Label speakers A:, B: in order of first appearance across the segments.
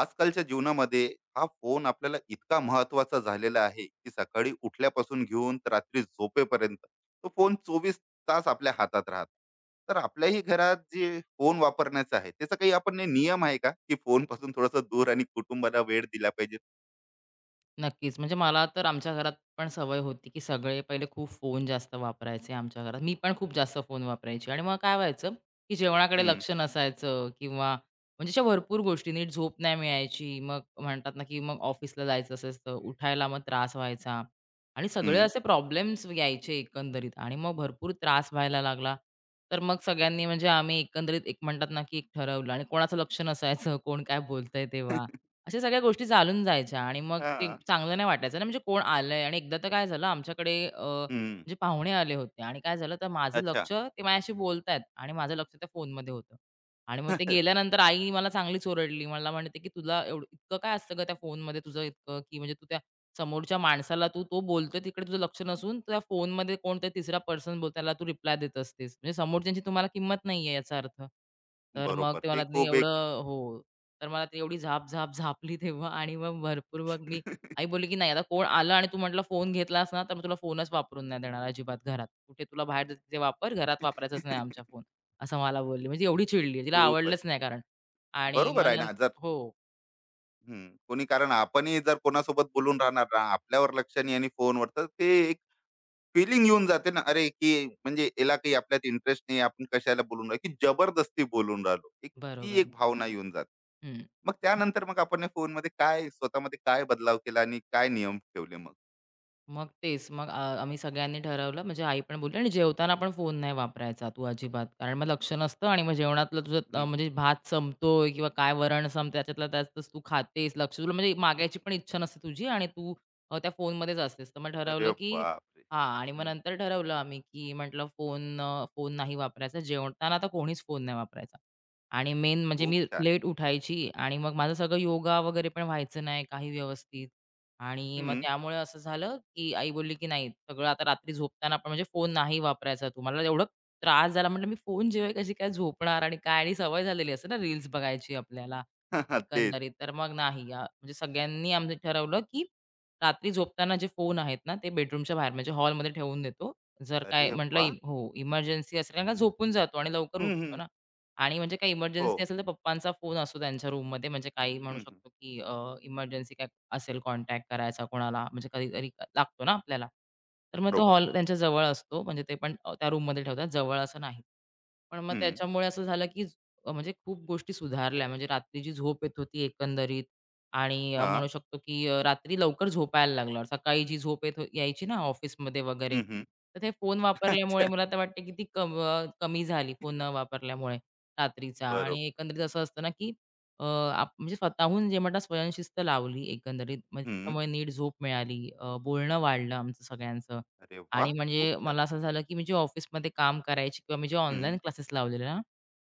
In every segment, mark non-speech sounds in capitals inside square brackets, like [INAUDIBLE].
A: आजकालच्या जीवनामध्ये हा फोन आपल्याला इतका महत्वाचा झालेला आहे, की सकाळी उठल्यापासून घेऊन तर रात्री झोपेपर्यंत तो फोन चोवीस तास आपल्या हातात राहत. तर आपल्याही घरात जे फोन वापरण्याचं आहे त्याचा काही आपण ने नियम आहे का, की फोन पासून थोडस दूर आणि कुटुंबाला वेळ दिला पाहिजे?
B: नक्कीच. म्हणजे मला तर आमच्या घरात पण सवय होती, की सगळे पहिले खूप फोन जास्त वापरायचे आमच्या घरात. मी पण खूप जास्त फोन वापरायची आणि मग काय व्हायचं, की जेवणाकडे
A: हम्म,
B: लक्ष नसायचं किंवा म्हणजे अशा भरपूर गोष्टी नीट झोप नाही मिळायची. मग म्हणतात ना, की मग ऑफिसला जायचं असायचं, उठायला मग त्रास व्हायचा आणि सगळे
A: हम्म.
B: असे प्रॉब्लेम्स यायचे एकंदरीत आणि मग भरपूर त्रास व्हायला लागला. तर मग सगळ्यांनी म्हणजे आम्ही एकंदरीत एक म्हणतात ना, की एक ठरवलं आणि कोणाचं लक्ष नसायचं, कोण काय बोलतंय तेव्हा
A: [LAUGHS]
B: अशा सगळ्या गोष्टी चालून जायच्या आणि मग ते
A: हा,
B: चांगलं नाही वाटायचं ना, म्हणजे कोण आलंय आणि एकदा तर काय झालं आमच्याकडे
A: हम्म.
B: म्हणजे पाहुणे आले होते आणि काय झालं तर माझं
A: अच्छा.
B: लक्ष ते माझ्याशी बोलतायत आणि माझं लक्ष त्या फोनमध्ये होतं आणि मग ते
A: [LAUGHS]
B: गेल्यानंतर आई मला चांगलीच ओरडली. मला म्हणते, "की तुला एवढं इतकं काय असतं गं त्या फोनमध्ये तुझं इतकं, की म्हणजे तू त्या समोरच्या माणसाला तू तो बोलतोय तिकडे तुझं लक्ष नसून त्या फोनमध्ये कोणतरी तिसरा पर्सन बोलतो त्याला तू रिप्लाय देत असतेस. म्हणजे समोरच्यांची तुम्हाला किंमत नाहीये याचा अर्थ." तर मग
A: बरोबर,
B: ते मला
A: ते
B: त्यांनी
A: खूप एक.
B: एवढं हो. तर मला ती एवढी झाप झापली तेव्हा आणि मग भरपूर मग मी आई बोलली, की "नाही आता कोण आलं आणि तू म्हटलं फोन घेतलास ना, तर मी तुला फोनच वापरून नाही देणार अजिबात घरात. कुठे तुला बाहेर जायचं तिथे वापर, घरात वापरायचाच नाही
A: [LAUGHS]
B: आमच्या फोन." असं मला बोलली. म्हणजे एवढी चिडली. तिला
A: खूपच.
B: आवडलंच नाही कारण. आणि
A: बरोबर
B: मग
A: आहे
B: नं
A: ना जर.
B: हो,
A: हं, कोणी कारण आपणही जर कोणासोबत बोलून राहणार ना, आपल्यावर लक्ष नाही आणि फोनवर, तर ते एक फीलिंग येऊन जाते ना, अरे, की म्हणजे याला काही आपल्यात इंटरेस्ट नाही, आपण कशाला बोलून राहिलो, की जबरदस्ती बोलून राहिलो. एक ती
B: बरोबर.
A: एक भावना येऊन जाते.
B: हं.
A: मग त्यानंतर मग आपण या फोनमध्ये काय स्वतःमध्ये काय बदलाव केला आणि काय नियम ठेवले मग?
B: मग तेच. मग आम्ही सगळ्यांनी ठरवलं म्हणजे आई पण बोलली आणि जेवताना पण फोन नाही वापरायचा तू अजिबात. कारण मग लक्ष नसतं आणि मग जेवणातलं तुझं
A: हं,
B: म्हणजे भात संपतोय किंवा काय वरण संपतंय त्याच्यातल्या त्यातच तू खातेस. लक्ष तुला म्हणजे मागायची पण इच्छा नसते तुझी आणि तू त्या फोनमध्येच असतेस. तर मग ठरवलं
A: अरे
B: की
A: बापरे!
B: हां आणि मग
A: हं,
B: नंतर ठरवलं आम्ही की म्हटलं फोन नाही वापरायचा. जेवताना तर कोणीच फोन नाही वापरायचा. आणि मेन म्हणजे
A: खूप
B: मी
A: छान.
B: लेट उठायची आणि मग माझं सगळं योगा वगैरे पण व्हायचं नाही काही व्यवस्थित. आणि मग
A: हं,
B: त्यामुळे असं झालं, की आई बोलली, की "नाही, सगळं आता रात्री झोपताना पण म्हणजे फोन नाही वापरायचा तू." मला एवढा त्रास झाला. म्हटलं, "मी फोनशिवाय कशी काय झोपणार?" आणि काय आणि सवय झालेली असते ना रील्स बघायची आपल्याला
A: [LAUGHS] तेच.
B: एकंदरीत. तर मग नाही या म्हणजे सगळ्यांनी आम्ही ठरवलं, की रात्री झोपताना जे फोन आहेत ना, ते बेडरूमच्या बाहेर म्हणजे हॉलमध्ये ठेवून देतो. जर काय
A: अरे
B: म्हटलं
A: वाह!
B: हो, इमर्जन्सी असेल कारण का झोपून जातो आणि लवकर
A: हं,
B: उठतो
A: हं.
B: ना. आणि म्हणजे काही
A: हो.
B: इमर्जन्सी असेल तर पप्पांचा फोन असतो त्यांच्या रूममध्ये म्हणजे काही म्हणू
A: हं, हं.
B: शकतो, की इमर्जन्सी असेल कॉन्टॅक्ट करायचा कोणाला, म्हणजे कधीतरी लागतो ना आपल्याला. तर मग तो
A: बरोबर.
B: हॉल त्यांच्या जवळ असतो, म्हणजे ते पण त्या रूममध्ये ठेवतात, जवळ असं नाही. पण मग
A: हं.
B: त्याच्यामुळे असं झालं, की म्हणजे खूप गोष्टी सुधारल्या. म्हणजे रात्री जी झोप येत होती एकंदरीत आणि म्हणू
A: हां.
B: शकतो, की रात्री लवकर झोपायला लागलं. सकाळी जी झोप यायची ना ऑफिसमध्ये वगैरे,
A: हं, हं.
B: तर ते फोन वापरल्यामुळे
A: [LAUGHS]
B: मला
A: अच्छा.
B: तर वाटते, की ती कमी झाली फोन न वापरल्यामुळे रात्रीचा आणि
A: बरोबर.
B: एकंदरीत असं असतं ना, की अ, आप म्हणजे स्वतःहून जे म्हणतात स्वयंशिस्त लावली एकंदरीत. म्हणजे
A: हं.
B: त्याच्यामुळे नीट झोप मिळाली. बोलणं वाढलं आमचं सगळ्यांचं
A: अरे
B: आणि
A: वाह! खूप
B: म्हणजे
A: छान.
B: मला असं झालं, की मी जे ऑफिसमध्ये काम करायची किंवा मी जे
A: हं,
B: ऑनलाईन क्लासेस लावलेले ना,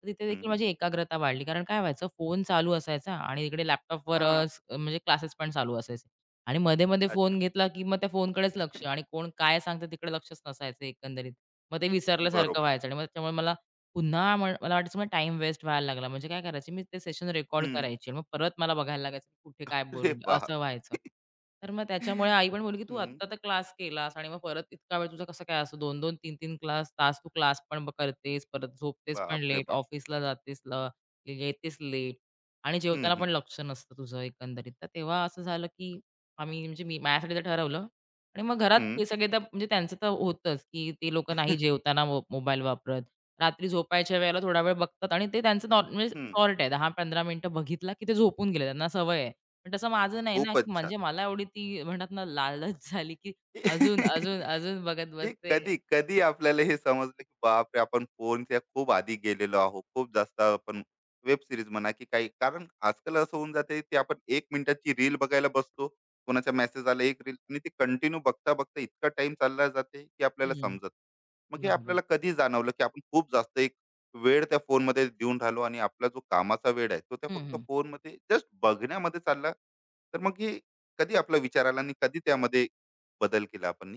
B: तर तिथे
A: हं,
B: देखील
A: हं.
B: माझी एकाग्रता वाढली. कारण काय व्हायचं फोन चालू असायचा आणि इकडे लॅपटॉपवर अ,
A: हां.
B: स- म्हणजे क्लासेस पण चालू असायचे आणि मध्ये-मध्ये
A: अच्छा.
B: फोन घेतला, की मग त्या फोनकडेच लक्ष आणि कोण काय सांगतं तिकडे लक्षच नसायचं एकंदरीत. मग ते विसरल्यासारखं
A: बरोबर.
B: व्हायचं आणि मग त्याच्यामुळे मला पुन्हा मला वाटायचं मला टाईम वेस्ट व्हायला लागला. म्हणजे काय करायचे मी ते सेशन रेकॉर्ड
A: हं.
B: करायचे. मग परत मला बघायला लागायचं, की कुठे काय
A: [LAUGHS] अरे
B: बोलले
A: बाप!
B: असं व्हायचं. तर मग त्याच्यामुळे आई पण बोलली, "की तू
A: हं.
B: आत्ता तर क्लास केलास आणि मग परत इतका वेळ तुझा कसं काय असतो 2-2, 3-3 क्लास तास तू क्लास पण करतेस, परत झोपतेस पण
A: बाप रे
B: लेट,
A: बाप!
B: ऑफिसला जातेस ल येतेस लेट आणि
A: हं,
B: जेवताना पण
A: हं.
B: लक्ष नसतं तुझं एकंदरीत." तर तेव्हा असं झालं, की आम्ही म्हणजे मी माझ्यासाठी तर ठरवलं आणि मग घरात
A: हं.
B: हे सगळे तर म्हणजे त्यांचं तर होतंच, की ते लोकं नाही जेवताना मोबाईल वापरत. रात्री झोपायच्या वेळेला थोडा वेळ बघतात आणि ते त्यांचं नॉर्मल म्हणजे
A: हं. [LAUGHS]
B: सॉर्ट आहे 10-15 मिनिटं बघितला, की ते झोपून गेले. त्यांना सवय आहे. पण तसं माझं नाही ना, की
A: खूपच छान.
B: म्हणजे मला एवढी ती म्हणतात ना लालच झाली, की
A: [LAUGHS]
B: अजून बघत
A: हे
B: बसते.
A: कधी, कधी आपल्याला हे समजलं, की बापरे! आपण फोनच्या खूप आधी गेलेलो आहोत. खूप जास्त आपण वेब सीरीज म्हणा, की काही कारण आजकाल असं होऊन जाते, की आपण 1 मिनिटाची रील बघायला बसतो. कोणाचा मेसेज आला, एक रील आणि ते कंटिन्यू बघता-बघता इतका टाइम चालला जाते, की आपल्याला
B: हं,
A: समजत नाही. मग हे
B: बरोबर.
A: आपल्याला कधी जाणवलं, की आपण खूप जास्त एक वेळ त्या फोनमध्ये देऊन राहिलो आणि आपला जो कामाचा वेळ आहे, तो त्या
B: हं,
A: फक्त
B: हं.
A: फोनमध्ये जस्ट बघण्यामध्ये चालला. तर मग हे कधी आपला विचार आला आणि कधी त्यामध्ये बदल केला आपण?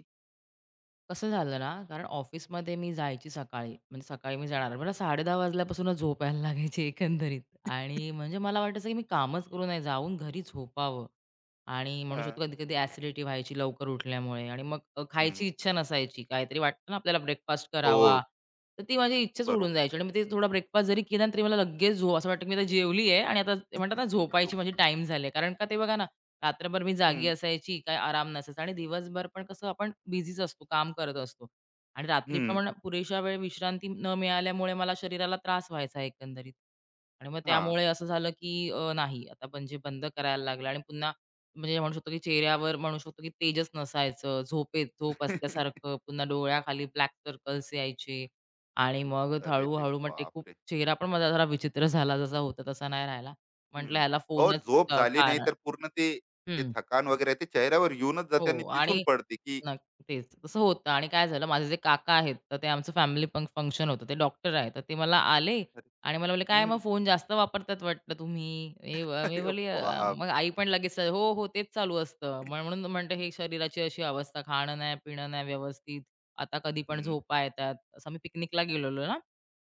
B: कसं झालं ना, कारण ऑफिसमध्ये मी जायची सकाळी. म्हणजे सकाळी मी
A: हं.
B: जाणार. मला 10:30 वाजल्यापासूनच झोप यायला लागायची एकंदरीत आणि म्हणजे मला वाटायचं की मी कामच करू नये, जाऊन घरी झोपावं आणि म्हणू
A: हां,
B: शकतो कधी-कधी ॲसिडिटी व्हायची लवकर उठल्यामुळे आणि मग
A: हं.
B: खायची इच्छा नसायची. काहीतरी वाटतं ना आपल्याला ब्रेकफास्ट करावा,
A: हो,
B: तर ती माझी इच्छाच उडून
A: बरोबर.
B: जायची आणि मग ते थोडा ब्रेकफास्ट जरी केला ना, तरी मला लगेच झोप असं वाटतं की मी आता जेवली आहे आणि आता ते म्हणतात ना झोपायची
A: झोप.
B: माझी टाईम झाली कारण का ते बघा ना, रात्रभर मी जागी
A: हं,
B: असायची, काही आराम नसायचा आणि दिवसभर पण कसं आपण बिझीच असतो, काम करत असतो आणि रात्री पण
A: हं.
B: मला पुरेशा वेळ विश्रांती न मिळाल्यामुळे मला शरीराला त्रास व्हायचा एकंदरीत आणि मग
A: हां.
B: त्यामुळे असं झालं की नाही आता म्हणजे बंद करायला लागलं आणि पुन्हा म्हणजे म्हणू शकतो की चेहऱ्यावर म्हणू शकतो की तेजच नसायचं, झोपेत झोप
A: [LAUGHS]
B: असल्यासारखं, पुन्हा डोळ्याखाली ब्लॅक सर्कल्स यायचे आणि मग
A: अरे रे
B: हळू मग ते खूप
A: बापरे!
B: चेहरा पण माझा जरा विचित्र झाला, जसा होता तसा नाही राहिला. म्हटलं
A: हं.
B: ह्याला
A: अहो,
B: फोनच
A: झोप
B: अ,
A: झाली नाही
B: कारण
A: तर पूर्ण ते जे
B: हं.
A: थकान वगैरे आहे ते चेहऱ्यावर येऊनच
B: हो
A: जाते आणि दिसून
B: आणि
A: पडते, की
B: नक्क तेच. तसं होतं आणि काय झालं माझे जे काका आहेत, तर ते आमचं फॅमिली फंक्शन होतं. ते डॉक्टर आहेत. तर ते मला आले
A: अरे
B: आणि मला बोलले, "काय मग
A: हं.
B: फोन जास्त वापरतात वाटतं तुम्ही."
A: [LAUGHS]
B: मी
A: अरे
B: बोलली, मग आई
A: बापरे!
B: पण लगेच, "हो, हो, तेच चालू असतं." म्हणून म्हणते हे शरीराची अशी अवस्था, खाणं नाही, पिणं नाही व्यवस्थित. आता कधी पण
A: हं,
B: झोपा येतात. असं मी पिकनिकला गेलेलो ना,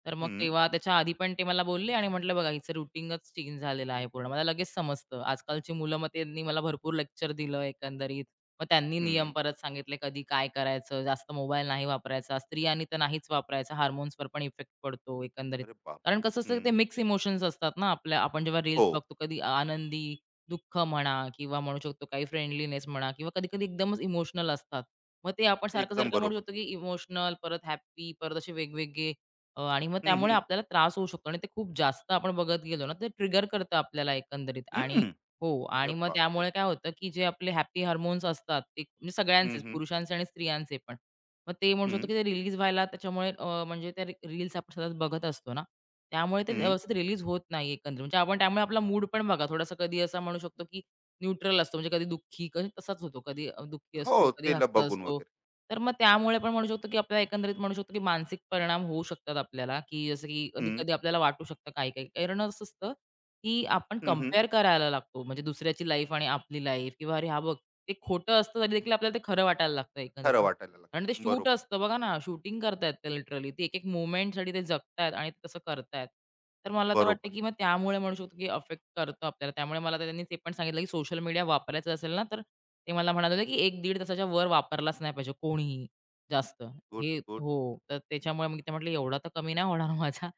B: तर मग
A: हं,
B: तेव्हा त्याच्या आधी पण ते मला बोलले आणि म्हटलं, "बघा हिचं रुटीनच चेंज झालेलं आहे पूर्ण." मला लगेच समजतं. आजकालची मुलं मग त्यांनी मला भरपूर लेक्चर दिलं एकंदरीत. मग त्यांनी नियम
A: हं.
B: परत सांगितले कधी काय करायचं, जास्त मोबाईल नाही वापरायचा, स्त्रियांनी तर नाहीच वापरायचा, हार्मोन्सवर पण इफेक्ट पडतो एकंदरीत.
A: अरे
B: कारण
A: बापरे!
B: कसं असतं
A: हं.
B: ते मिक्स इमोशन्स असतात ना आपल्या आपण जेव्हा रील्स
A: हो,
B: बघतो कधी आनंदी, दुःख म्हणा किंवा म्हणू शकतो काही फ्रेंडलीनेस म्हणा किंवा कधी-कधी एकदमच इमोशनल असतात. मग ते आपण
A: एकदम
B: सारखं-सारखं म्हणू
A: बरोबर.
B: शकतो की इमोशनल, परत हॅपी, परत असे वेगवेगळे. आणि मग
A: हं,
B: त्यामुळे
A: हं.
B: आपल्याला त्रास होऊ शकतो आणि ते खूप जास्त आपण बघत गेलो ना, ते ट्रिगर करतं आपल्याला एकंदरीत आणि
A: हं.
B: हो
A: अरे
B: आणि मग
A: बापरे!
B: त्यामुळे काय होतं, की जे आपले हॅपी हार्मोन्स असतात, ते म्हणजे
A: हं,
B: सगळ्यांचेच
A: हं,
B: पुरुषांचे आणि स्त्रियांचे पण. मग ते म्हणू शकतो,
A: हं,
B: की ते रिलीज व्हायला त्याच्यामुळे म्हणजे त्या रील्स आपण सतत बघत असतो ना, त्यामुळे ते
A: हं.
B: व्यवस्थित रिलीज होत नाही एकंदरीत. म्हणजे आपण त्यामुळे आपला मूड पण बघा थोडासा कधी असा म्हणू शकतो, की न्यूट्रल असतो. म्हणजे कधी दुःखी, कधी तसाच होतो. कधी दुःखी
A: हो,
B: असतो, कधी
A: त्याला
B: हसत
A: बघून
B: असतो.
A: वगैरे.
B: तर मग त्यामुळे पण म्हणू शकतो, की आपल्याला एकंदरीत म्हणू शकतो, की मानसिक परिणाम होऊ शकतात आपल्याला, की जसं की
A: हं,
B: कधी-कधी आपल्याला वाटू शकतं काही-काही. कारण असं असतं, की आपण
A: हं, हं.
B: कंपेअर करायला लागतो. म्हणजे दुसऱ्याची लाईफ आणि आपली लाईफ किंवा "अरे हां, बघ." ते खोटं असतं तरी देखील आपल्याला ते खरं वाटायला लागतं
A: खरं
B: एकंदरीत.
A: वाटायला
B: आणि ते
A: लागतं.
B: शूट
A: बरोबर आहे.
B: असतं बघा ना, शूटिंग करतायत ते लिटरली. ते एक-एक मोमेंटसाठी ते जगतायत आणि ते तसं करतायत. तर मला तर वाटतं,
A: बरोबर.
B: की मग त्यामुळे म्हणू शकतो, की अफेक्ट करतो आपल्याला. त्यामुळे मला तर त्यांनी ते पण सांगितलं, की सोशल मीडिया वापरायचं असेल ना, तर ते मला म्हणाले होते, की 1-1.5 तासाच्या वर वापरलाच नाही पाहिजे कोणीही जास्त.
A: गुड,
B: हे
A: गुड.
B: हो. तर त्याच्यामुळे मी ते म्हटलं एवढा तर कमी नाही होणार माझा.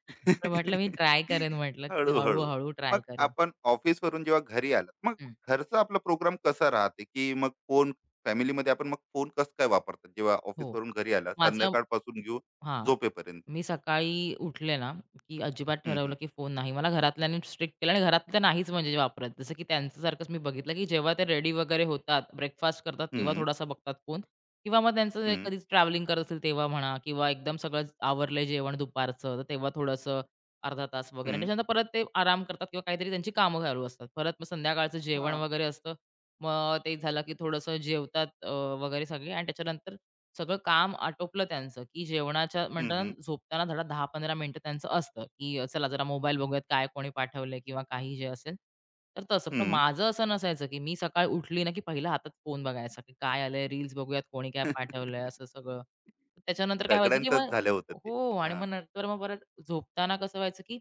B: तर म्हटलं मी ट्राय
A: [LAUGHS]
B: करेन म्हटलं, की
A: हळू-हळू.
B: हळू-हळू ट्राय
A: मग
B: करेन.
A: आपण ऑफिसवरून जेव्हा घरी आला मग
B: हं.
A: घरचा आपला प्रोग्राम कसा राहते, की मग फोन फॅमिलीमध्ये आपण मग फोन कसं काय वापरतात जेव्हा
B: हो.
A: ऑफिसवरून घरी आला
B: माझा
A: संध्याकाळपासून घेऊन
B: हां.
A: झोपेपर्यंत?
B: मी सकाळी उठले ना, की अजिबात
A: हं,
B: ठरवलं,
A: हं.
B: की फोन नाही. मला घरातल्यांनी स्ट्रिक्ट केलं आणि घरात तर नाहीच म्हणजे वापरत. जसं की त्यांच्यासारखंच मी बघितलं, की जेव्हा ते रेडी वगैरे होतात, ब्रेकफास्ट करतात,
A: हं,
B: तेव्हा
A: हं,
B: थोडासा बघतात फोन किंवा मग त्यांचं जे कधी ट्रॅव्हलिंग करत असेल तेव्हा म्हणा किंवा एकदम सगळं आवरलंय जेवण दुपारचं, तर तेव्हा थोडंसं 1/2 तास वगैरे आणि
A: हं.
B: त्याच्यानंतर परत ते आराम करतात किंवा काहीतरी त्यांची कामं चालू असतात. परत मग संध्याकाळचं जेवण
A: हां.
B: वगैरे असतं. मग ते झालं, की थोडंसं जेवतात वगैरे सगळे आणि त्याच्यानंतर सगळं काम आटोपलं त्यांचं, की जेवणाच्या
A: हं,
B: म्हणतात ना,
A: हं.
B: झोपताना धडा 10-15 मिनिटं त्यांचं असतं, की चला जरा मोबाईल बघूयात, काय कोणी पाठवलंय किंवा काही जे असेल. तर तसं. पण
A: हं.
B: माझं असं नसायचं, की मी सकाळी उठली ना, की पहिला हातात फोन बघायचा, की काय आलंय, रील्स बघूयात, कोणी काय पाठवलंय, असं
A: [LAUGHS]
B: सगळं. त्याच्यानंतर काय व्हायचं, की
A: सगळ्यांचंच
B: मग
A: झालं होतं ते.
B: हो आणि
A: हां.
B: मग नंतर मग परत झोपताना कसं व्हायचं, की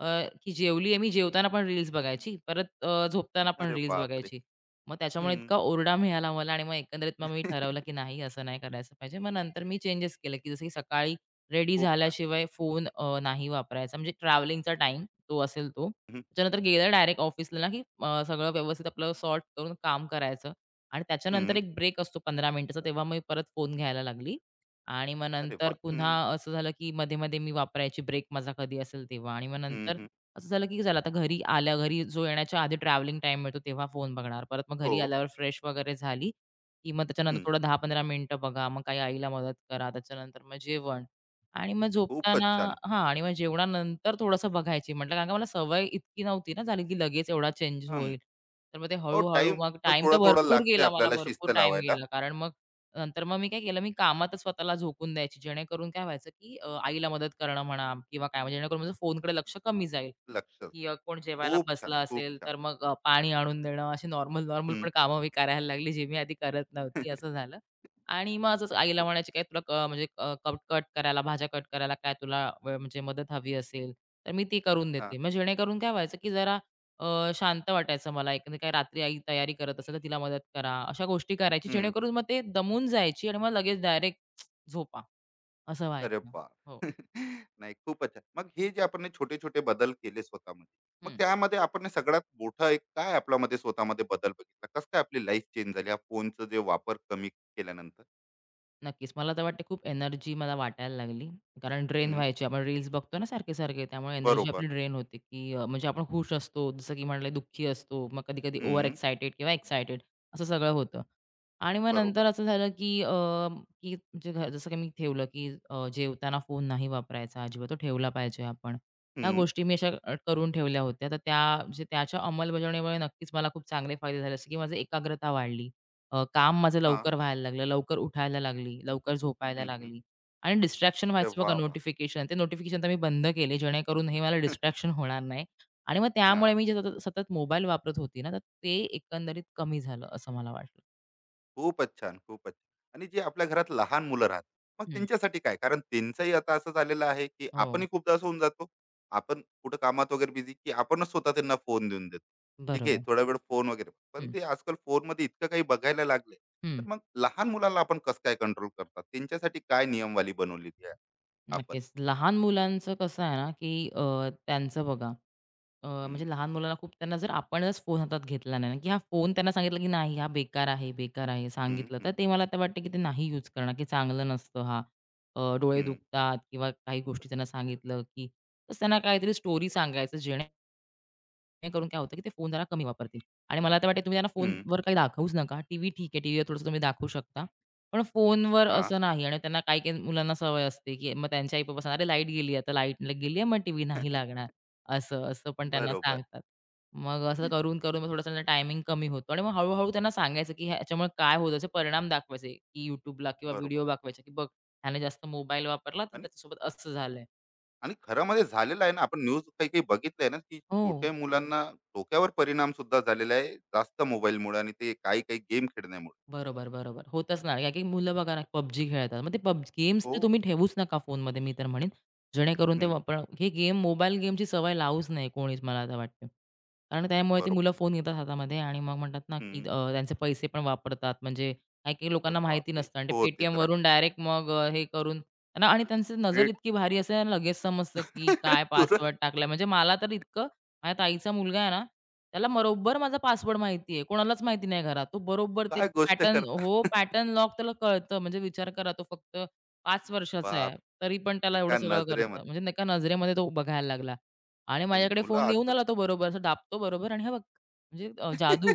B: अ, की जेवली मी, जेवताना पण रील्स बघायची, परत झोपताना पण
A: अरे
B: रील्स
A: बापरे!
B: बघायची. मग
A: हं.
B: त्याच्यामुळे इतका ओरडा मिळाला मला आणि मग एकंदरीत मग मी ठरवलं, की
A: [LAUGHS]
B: नाही असं नाही करायचं पाहिजे. मग नंतर मी चेंजेस केले, की जसं की सकाळी रेडी
A: खूप छान.
B: झाल्याशिवाय फोन नाही वापरायचा. म्हणजे ट्रॅव्हलिंगचा टाईम तो असेल तो.
A: हं,
B: त्याच्यानंतर गेलं डायरेक्ट ऑफिसला ना, की सगळं व्यवस्थित आपलं सॉर्ट करून काम करायचं आणि त्याच्यानंतर
A: हं.
B: एक ब्रेक असतो 15 मिनिटाचा, तेव्हा मी परत फोन घ्यायला लागली आणि मग
A: अरे
B: नंतर
A: वाह! हं,
B: पुन्हा असं झालं, की मध्ये-मध्ये मी वापरायची ब्रेक माझा कधी असेल तेव्हा आणि मग
A: हं,
B: नंतर
A: हं.
B: असं झालं की चला आता घरी आल्या घरी जो येण्याच्या आधी ट्रॅव्हलिंग टाइम मिळतो तेव्हा फोन बघणार. परत मग
A: हो.
B: घरी आल्यावर फ्रेश वगैरे झाली, की मग त्याच्यानंतर
A: हं.
B: थोडं 10-15 मिनिटं बघा, मग काही आईला मदत करा, त्याच्यानंतर मग जेवण आणि मग झोपताना
A: खूपच छान.
B: हां आणि मग जेवणानंतर थोडंसं बघायची म्हटलं कारण का मला सवय इतकी नव्हती ना झाली, की लगेच एवढा चेंज होईल. तर मग ते
A: हो,
B: हळू
A: टाइम
B: मग
A: तर
B: टाईम तर
A: थोडा थोडा
B: भरपूर
A: लागते
B: गेला मला
A: आपल्याला
B: भरपूर
A: शिस्त
B: टाईम
A: लावायला.
B: गेला. कारण मग नंतर मग मी काय केलं, मी कामातच स्वतःला झोकून द्यायची. जेणेकरून काय व्हायचं, की आईला मदत करणं म्हणा किंवा काय म्हणजे जेणेकरून माझं फोनकडे लक्ष कमी जाईल.
A: लक्ष.
B: की कोण जेवायला
A: खूप छान,
B: बसला
A: खूप
B: असेल,
A: छान.
B: तर मग पाणी आणून देणं, अशी नॉर्मल-नॉर्मल
A: हम्म.
B: पण कामं मी करायला लागली, जी मी आधी करत नव्हती, असं
A: [LAUGHS]
B: झालं. आणि मग असंच आईला
A: खूप.
B: म्हणायची, "काय तुला क म्हणजे कट कट करायला, भाज्या कट करायला काय तुला व म्हणजे मदत हवी असेल, तर मी ती करून देते."
A: हा.
B: मग जेणेकरून काय व्हायचं, की जरा शांत वाटायचं मला. एकंदरीत काय रात्री आई तयारी करत असेल, तर तिला मदत करा, अशा गोष्टी करायची.
A: हम्म.
B: जेणेकरून मग ते दमून जायची आणि मग लगेच डायरेक्ट झोपा, असं
A: अरे
B: व्हायचं.
A: बा.
B: हो.
A: [LAUGHS] नाही, खूपच छान. मग हे जे आपण हे छोटे छोटे बदल केले स्वतःमध्ये, मग
B: हं.
A: त्यामध्ये आपण हे सगळ्यात मोठा एक काय आपल्यामध्ये स्वतःमध्ये बदल बघितला, कसं काय आपली लाईफ चेंज झाली या फोनचा जे वापर कमी केल्यानंतर?
B: नक्कीच. मला तर वाटते खूप एनर्जी मला वाटायला लागली. कारण ड्रेन
A: हम्म.
B: व्हायची. आपण रील्स बघतो ना सारखे-सारखे त्यामुळे एनर्जी
A: बरोबर.
B: आपली ड्रेन होते, की म्हणजे आपण खुश असतो, जसं की म्हटलं दुःखी असतो, मग कधी-कधी ओव्हर
A: हम्म.
B: एक्सायटेड किंवा एक्सायटेड असं सगळं होतं. आणि मग
A: बरोबर.
B: नंतर असं झालं, की की म्हणजे घ जसं की मी ठेवलं, की जेवताना फोन नाही वापरायचा अजिबात, तो ठेवला पाहिजे आपण. ह्या
A: हम्म.
B: गोष्टी मी अशा करून ठेवल्या होत्या. तर त्या म्हणजे त्याच्या अंमलबजावणीमुळे नक्कीच मला खूप चांगले फायदे झाले. जसं की माझी एकाग्रता वाढली. काम माझं
A: हा.
B: लवकर व्हायला लागलं, लवकर उठायला लागली, लवकर झोपायला
A: हम्म, हम्म.
B: लागली आणि डिस्ट्रॅक्शन
A: अरे
B: व्हायचं बघा
A: वा वा.
B: नोटिफिकेशन. ते नोटिफिकेशन तर मी बंद केले जेणेकरून हे मला
A: [LAUGHS]
B: डिस्ट्रॅक्शन होणार नाही आणि मग त्यामुळे
A: हा.
B: मी जे सतत सतत मोबाईल वापरत होती ना, तर ते एकंदरीत कमी झालं असं मला वाटलं.
A: खूपच छान, खूपच. छान. आणि जे आपल्या घरात लहान मुलं राहतात, मग
B: हं.
A: त्यांच्यासाठी काय? कारण त्यांचंही आता असं झालेलं आहे, की
B: हो,
A: आपणही खूपदा असं होऊन जातो. आपण कुठं कामात वगैरे बिझी, की आपणच स्वतः त्यांना फोन देऊन देतो, की "घे
B: बरोबर.
A: थोडा वेळ फोन वगैरे." पण
B: हं,
A: ते आजकाल फोनमध्ये इतकं काही बघायला लागले,
B: हं.
A: तर मग लहान मुलाला आपण कसं काय कंट्रोल करतात? त्यांच्यासाठी काय नियमवाली बनवलेली आहे आपण?
B: नक्कीच. लहान मुलांचं कसं आहे ना, की त्यांचं बघा
A: हं,
B: म्हणजे लहान मुलांना खूप त्यांना जर आपणच फोन हातात घेतला नाही ना, की हा फोन त्यांना सांगितलं की नाही हा बेकार आहे, बेकार आहे
A: हं,
B: सांगितलं, तर
A: हं,
B: ते मला तर वाटतं की ते नाही यूज करणार, की चांगलं नसतं हा. डोळे
A: हं,
B: दुखतात किंवा काही गोष्टी त्यांना सांगितलं, की तर त्यांना काहीतरी स्टोरी सांगायचं जेणेकरून काय होतं, की ते फोन जरा कमी वापरतील. आणि मला तर वाटतं तुम्ही त्यांना
A: हं.
B: फोनवर काही दाखवूच नका. टीव्ही ठीक आहे, टीव्हीवर थोडंसं तुम्ही दाखवू शकता. पण फोनवर
A: हां.
B: असं नाही आणि त्यांना काही-काही मुलांना सवय असते, की मग त्यांच्या आई-बाबा सांगतात, "अरे लाईट गेली आता, लाईट गेली आहे, मग टीव्ही नाही
A: [LAUGHS]
B: लागणार." असं पण त्यांना
A: बरोबर,
B: सांगतात. मग असं करून-करून मग थोडंसं टायमिंग कमी होतो आणि मग हळू त्यांना सांगायचं, की ह्याच्यामुळे काय होतं असे परिणाम दाखवायचे, की YouTubeला किंवा
A: बरोबर.
B: व्हिडिओ दाखवायचे, की "बघ, ह्याने जास्त मोबाईल वापरला तर
A: आणि
B: त्याच्यासोबत असं झालंय."
A: आणि खरामध्ये झालेलं आहे ना, आपण न्यूज काही काही बघितलं ना, की
B: हो.
A: छोट्या मुलांना डोक्यावर परिणाम सुद्धा झालेला आहे जास्त मोबाईलमुळे आणि ते काही काही गेम खेळण्यामुळे.
B: बरोबर, बरोबर. होतच ना, कारण की मुलं बघा ना PUBG खेळतात. मग ते पब गेम्स
A: हो.
B: तर तुम्ही ठेवूच नका फोनमध्ये मी तर म्हणेन. जेणेकरून ते
A: हम्म,
B: वापर हे गेम मोबाईल गेमची सवय लावूच नाही कोणीच मला आता वाटतं. कारण त्यामुळे ती मुलं
A: बरोबर.
B: फोन घेतात हातामध्ये आणि मग म्हणतात ना, की
A: हम्म,
B: त्यांचे पैसे पण वापरतात. म्हणजे काही-काही
A: अरे
B: लोकांना माहिती
A: बापरे.
B: नसतं आणि
A: हो,
B: ते
A: ते तर आहे.
B: Paytmवरून डायरेक्ट मग हे करून त्यांना आणि त्यांची नजर
A: ग्रेट.
B: इतकी भारी असते ना, लगेच समजतं, की
A: [LAUGHS]
B: काय
A: तुरंत.
B: पासवर्ड टाकलाय. म्हणजे मला तर इतकं माझ्या ताईचा मुलगा आहे ना त्याला बरोबर माझा पासवर्ड माहिती आहे. कोणालाच माहिती नाही घरात. तो बरोबर ते
A: काय गोष्ट
B: पॅटर्न
A: करता.
B: हो, पॅटर्न लॉक त्याला कळतं. म्हणजे विचार करा तो फक्त 5 वर्षाचा आहे.
A: बाप.
B: तरी पण त्याला एवढं
A: एका
B: सगळं करतं.
A: नजरेमध्ये.
B: म्हणजे नाही का नजरेमध्ये तो बघायला लागला. आणि
A: नाही,
B: माझ्याकडे
A: मुलं
B: फोन घेऊन
A: आजकाल.
B: आला तो बरोबर असं दाबतो बरोबर आणि हे बघ म्हणजे जादू.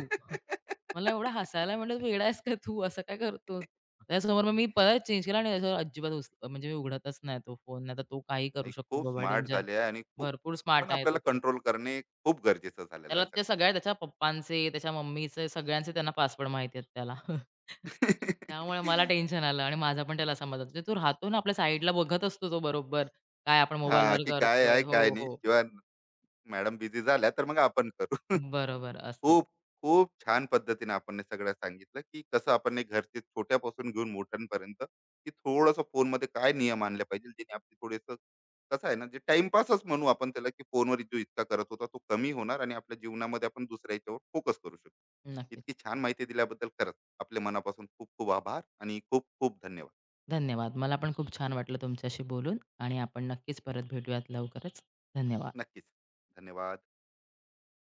B: मला एवढं हसायला म्हटलं, "वेडा आहेस का तू? असं काय करतो?" त्याच्यासमोर मग मी परत चेंज केला आणि त्याच्यावर अजिबात उच म्हणजे मी उघडतच नाही तो फोन. नाहीतर तो काही करू
A: नाही,
B: शकतो
A: खूप
B: बाबा
A: स्मार्ट
B: डेंजर.
A: झाले आहे आणि खूप.
B: भरपूर
A: पण
B: स्मार्ट आहे तो
A: आपल्याला कंट्रोल करणे खूप गरजेचं झालेलं
B: त्याला
A: आहे
B: ते
A: सगळं.
B: सगळ्या त्याच्या पप्पांचे, त्याच्या मम्मीचे सगळ्यांचे त्यांना पासवर्ड माहिती आहेत त्याला. [LAUGHS] त्यामुळे मला
A: [LAUGHS]
B: टेन्शन आलं आणि माझा पण त्याला समज होता. तो राहतो ना आपल्या साईडला बघत असतो तो बरोबर, काय आपण
A: हा,
B: मोबाईलवर
A: की काय
B: करतोय.
A: आहे काय
B: हो,
A: नाही,
B: हो.
A: जेव्हा मॅडम बिझी झाल्या तर मग आपण करू. [LAUGHS]
B: बरोबर असं.
A: खूप, खूप छान पद्धतीने आपण हे सगळं सांगितलं, की कसं आपण हे घरचे छोट्यापासून घेऊन मोठ्यांपर्यंत, की थोडंसं फोनमध्ये काय नियम आणले पाहिजे, जेणे आपली थोडंसं कसं आहे ना, जे टाईमपासच म्हणू आपण त्याला, की फोनवर जो इतका करत होता तो कमी होणार आणि आपल्या जीवनामध्ये आपण दुसऱ्या याच्यावर फोकस करू शकतो. इतकी
B: नक्कीच.
A: छान माहिती दिल्याबद्दल खरंच आपल्या मनापासून खूप खूप आभार आणि खूप खूप धन्यवाद.
B: धन्यवाद. मला पण खूप छान वाटलं तुमच्याशी बोलून आणि आपण नक्कीच परत भेटूयात लवकरच. धन्यवाद.
A: नक्कीच. धन्यवाद.